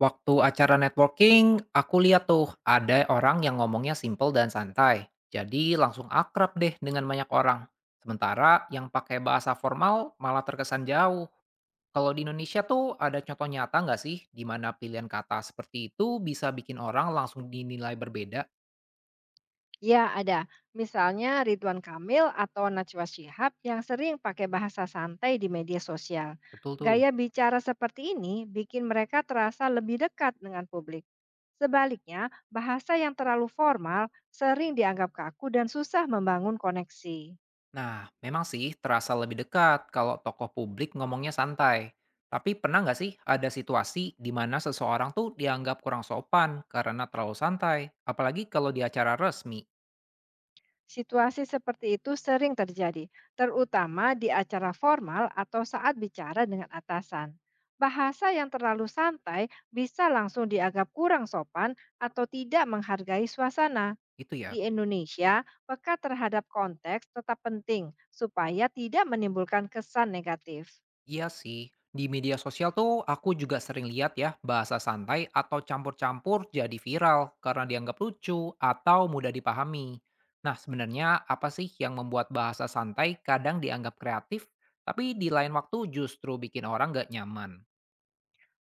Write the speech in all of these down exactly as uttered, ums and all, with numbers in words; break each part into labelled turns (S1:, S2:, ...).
S1: Waktu acara networking, aku lihat tuh ada orang yang ngomongnya simple dan santai. Jadi langsung akrab deh dengan banyak orang. Sementara yang pakai bahasa formal malah terkesan jauh. Kalau di Indonesia tuh ada contoh nyata nggak sih di mana pilihan kata seperti itu bisa bikin orang langsung dinilai berbeda?
S2: Ya, ada. Misalnya Ridwan Kamil atau Najwa Shihab yang sering pakai bahasa santai di media sosial.
S1: Betul tuh.
S2: Gaya bicara seperti ini bikin mereka terasa lebih dekat dengan publik. Sebaliknya, bahasa yang terlalu formal sering dianggap kaku dan susah membangun koneksi.
S1: Nah, memang sih terasa lebih dekat kalau tokoh publik ngomongnya santai. Tapi pernah nggak sih ada situasi di mana seseorang tuh dianggap kurang sopan karena terlalu santai? Apalagi kalau di acara resmi,
S2: Situasi seperti itu sering terjadi, terutama di acara formal atau saat bicara dengan atasan. Bahasa yang terlalu santai bisa langsung dianggap kurang sopan atau tidak menghargai suasana.
S1: itu
S2: Di
S1: ya.
S2: Indonesia, peka terhadap konteks tetap penting supaya tidak menimbulkan kesan negatif.
S1: Iya sih, di media sosial tuh aku juga sering lihat ya bahasa santai atau campur-campur jadi viral karena dianggap lucu atau mudah dipahami. Nah, sebenarnya apa sih yang membuat bahasa santai kadang dianggap kreatif, tapi di lain waktu justru bikin orang nggak nyaman?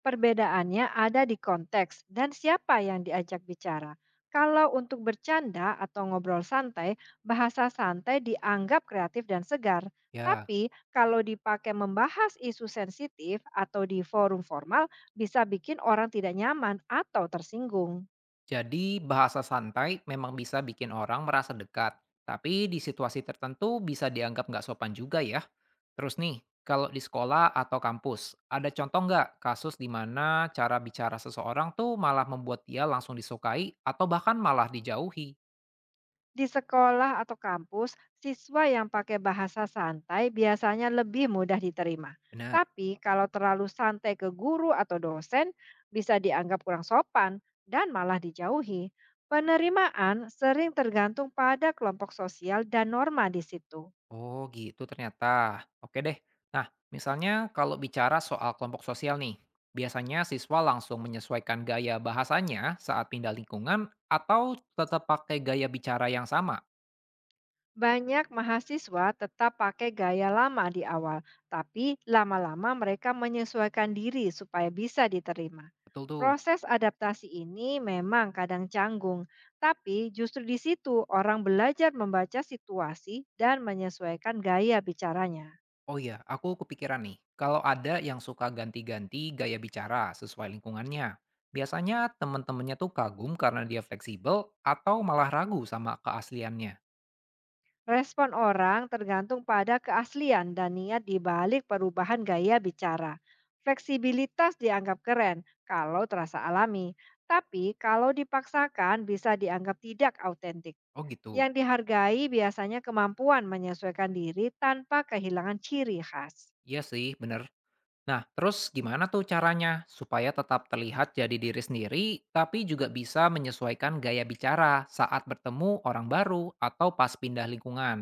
S2: Perbedaannya ada di konteks dan siapa yang diajak bicara. Kalau untuk bercanda atau ngobrol santai, bahasa santai dianggap kreatif dan segar.
S1: Ya,
S2: Tapi kalau dipakai membahas isu sensitif atau di forum formal, bisa bikin orang tidak nyaman atau tersinggung.
S1: jadi bahasa santai memang bisa bikin orang merasa dekat, tapi di situasi tertentu bisa dianggap nggak sopan juga ya. Terus nih, kalau di sekolah atau kampus, ada contoh nggak kasus di mana cara bicara seseorang tuh malah membuat dia langsung disukai atau bahkan malah dijauhi?
S2: Di sekolah atau kampus, siswa yang pakai bahasa santai biasanya lebih mudah diterima.
S1: Benar.
S2: Tapi kalau terlalu santai ke guru atau dosen, bisa dianggap kurang sopan dan malah dijauhi. Penerimaan sering tergantung pada kelompok sosial dan norma di situ.
S1: Oh gitu ternyata. Oke deh. Nah, misalnya kalau bicara soal kelompok sosial nih, biasanya siswa langsung menyesuaikan gaya bahasanya saat pindah lingkungan atau tetap pakai gaya bicara yang sama?
S2: Banyak mahasiswa tetap pakai gaya lama di awal, tapi lama-lama mereka menyesuaikan diri supaya bisa diterima.
S1: Betul tuh.
S2: Proses adaptasi ini memang kadang canggung, tapi justru di situ orang belajar membaca situasi dan menyesuaikan gaya bicaranya.
S1: Oh iya, aku kepikiran nih. Kalau ada yang suka ganti-ganti gaya bicara sesuai lingkungannya, biasanya teman-temannya tuh kagum karena dia fleksibel atau malah ragu sama keasliannya.
S2: Respon orang tergantung pada keaslian dan niat di balik perubahan gaya bicara. Fleksibilitas dianggap keren kalau terasa alami, tapi kalau dipaksakan bisa dianggap tidak autentik.
S1: Oh gitu.
S2: Yang dihargai biasanya kemampuan menyesuaikan diri tanpa kehilangan ciri khas.
S1: Iya sih, bener. Nah, terus gimana tuh caranya supaya tetap terlihat jadi diri sendiri, tapi juga bisa menyesuaikan gaya bicara saat bertemu orang baru atau pas pindah lingkungan?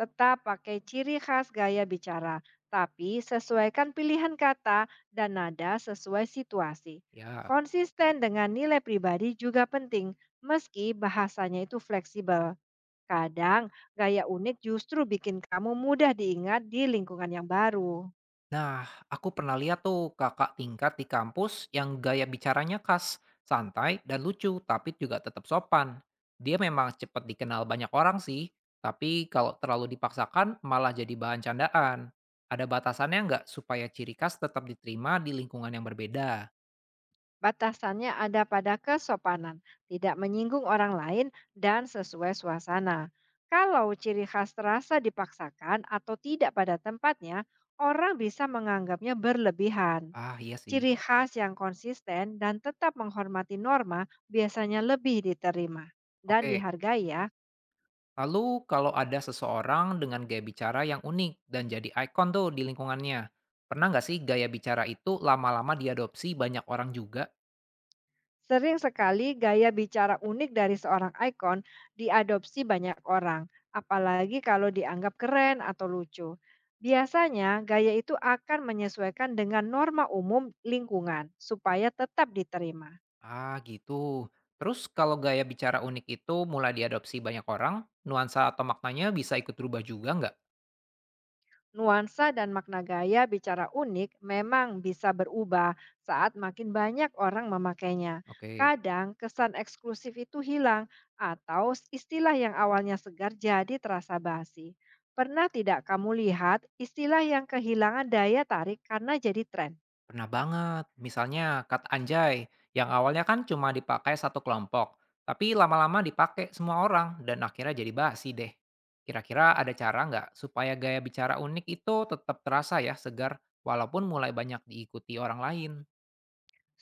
S2: Tetap pakai ciri khas gaya bicara, tapi sesuaikan pilihan kata dan nada sesuai situasi.
S1: Ya.
S2: Konsisten dengan nilai pribadi juga penting, meski bahasanya itu fleksibel. Kadang, gaya unik justru bikin kamu mudah diingat di lingkungan yang baru.
S1: Nah, aku pernah lihat tuh kakak tingkat di kampus yang gaya bicaranya khas, santai dan lucu, tapi juga tetap sopan. Dia memang cepat dikenal banyak orang sih, tapi kalau terlalu dipaksakan malah jadi bahan candaan. Ada batasannya nggak supaya ciri khas tetap diterima di lingkungan yang berbeda?
S2: Batasannya ada pada kesopanan, tidak menyinggung orang lain, dan sesuai suasana. Kalau ciri khas terasa dipaksakan atau tidak pada tempatnya, orang bisa menganggapnya berlebihan.
S1: Ah, iya sih.
S2: Ciri khas yang konsisten dan tetap menghormati norma biasanya lebih diterima dan
S1: Oke,
S2: dihargai ya.
S1: lalu kalau ada seseorang dengan gaya bicara yang unik dan jadi ikon tuh di lingkungannya, pernah nggak sih gaya bicara itu lama-lama diadopsi banyak orang juga?
S2: Sering sekali gaya bicara unik dari seorang ikon diadopsi banyak orang, apalagi kalau dianggap keren atau lucu. Biasanya, gaya itu akan menyesuaikan dengan norma umum lingkungan supaya tetap diterima.
S1: Ah, gitu. Terus kalau gaya bicara unik itu mulai diadopsi banyak orang, nuansa atau maknanya bisa ikut berubah juga nggak?
S2: Nuansa dan makna gaya bicara unik memang bisa berubah saat makin banyak orang memakainya.
S1: Oke.
S2: Kadang kesan eksklusif itu hilang atau istilah yang awalnya segar jadi terasa basi. Pernah tidak kamu lihat istilah yang kehilangan daya tarik karena jadi tren?
S1: Pernah banget. Misalnya kata anjay yang awalnya kan cuma dipakai satu kelompok, tapi lama-lama dipakai semua orang dan akhirnya jadi basi deh. Kira-kira ada cara nggak supaya gaya bicara unik itu tetap terasa ya segar walaupun mulai banyak diikuti orang lain?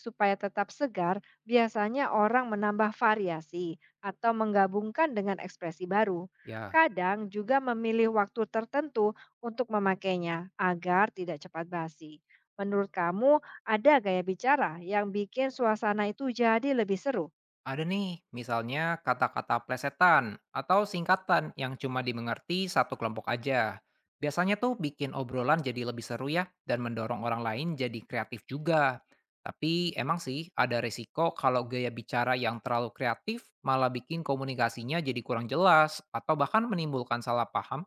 S2: Supaya tetap segar, biasanya orang menambah variasi atau menggabungkan dengan ekspresi baru.
S1: Ya.
S2: Kadang juga memilih waktu tertentu untuk memakainya agar tidak cepat basi. Menurut kamu, ada gaya bicara yang bikin suasana itu jadi lebih seru?
S1: Ada nih, misalnya kata-kata plesetan atau singkatan yang cuma dimengerti satu kelompok aja. Biasanya tuh bikin obrolan jadi lebih seru ya dan mendorong orang lain jadi kreatif juga. Tapi emang sih ada resiko kalau gaya bicara yang terlalu kreatif malah bikin komunikasinya jadi kurang jelas atau bahkan menimbulkan salah paham.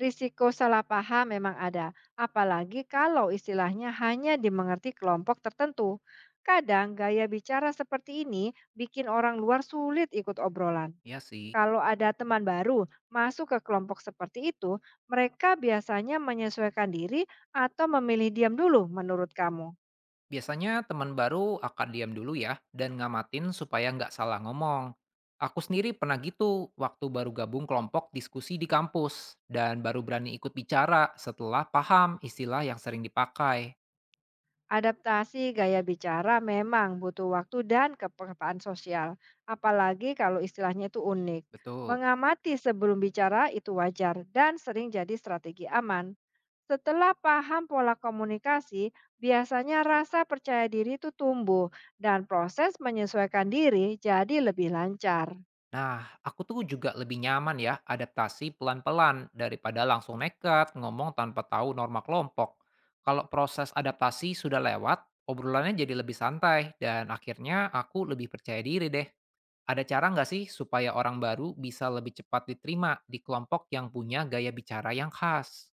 S2: Risiko salah paham memang ada, apalagi kalau istilahnya hanya dimengerti kelompok tertentu. Kadang gaya bicara seperti ini bikin orang luar sulit ikut obrolan.
S1: Ya sih.
S2: Kalau ada teman baru masuk ke kelompok seperti itu, mereka biasanya menyesuaikan diri atau memilih diam dulu menurut kamu.
S1: Biasanya teman baru akan diam dulu ya dan ngamatin supaya nggak salah ngomong. Aku sendiri pernah gitu waktu baru gabung kelompok diskusi di kampus dan baru berani ikut bicara setelah paham istilah yang sering dipakai.
S2: Adaptasi gaya bicara memang butuh waktu dan kepekaan sosial, apalagi kalau istilahnya itu unik.
S1: Betul.
S2: Mengamati sebelum bicara itu wajar dan sering jadi strategi aman. Setelah paham pola komunikasi, biasanya rasa percaya diri itu tumbuh dan proses menyesuaikan diri jadi lebih lancar.
S1: Nah, aku tuh juga lebih nyaman ya adaptasi pelan-pelan daripada langsung nekat ngomong tanpa tahu norma kelompok. Kalau proses adaptasi sudah lewat, obrolannya jadi lebih santai dan akhirnya aku lebih percaya diri deh. Ada cara nggak sih supaya orang baru bisa lebih cepat diterima di kelompok yang punya gaya bicara yang khas?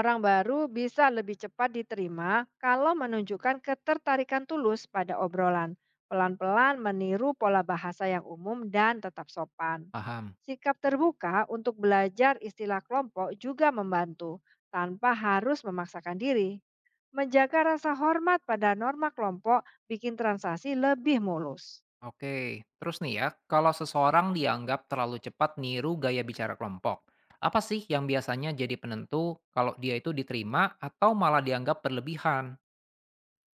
S2: Orang baru bisa lebih cepat diterima kalau menunjukkan ketertarikan tulus pada obrolan, pelan-pelan meniru pola bahasa yang umum dan tetap sopan.
S1: Paham.
S2: Sikap terbuka untuk belajar istilah kelompok juga membantu, tanpa harus memaksakan diri. Menjaga rasa hormat pada norma kelompok bikin transaksi lebih mulus.
S1: Oke, terus nih ya, kalau seseorang dianggap terlalu cepat niru gaya bicara kelompok, apa sih yang biasanya jadi penentu kalau dia itu diterima atau malah dianggap berlebihan?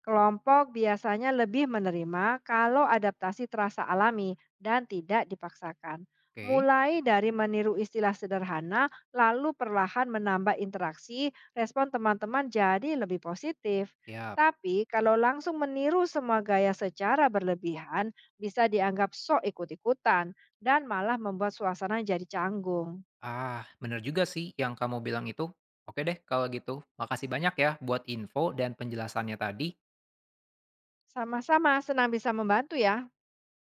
S2: Kelompok biasanya lebih menerima kalau adaptasi terasa alami dan tidak dipaksakan.
S1: Oke,
S2: Mulai dari meniru istilah sederhana, lalu perlahan menambah interaksi, respon teman-teman jadi lebih positif.
S1: siap.
S2: Tapi kalau langsung meniru semua gaya secara berlebihan, bisa dianggap sok ikut-ikutan dan malah membuat suasana jadi canggung.
S1: Ah, bener juga sih yang kamu bilang itu. Oke deh, kalau gitu, makasih banyak ya buat info dan penjelasannya tadi.
S2: Sama-sama senang bisa membantu ya.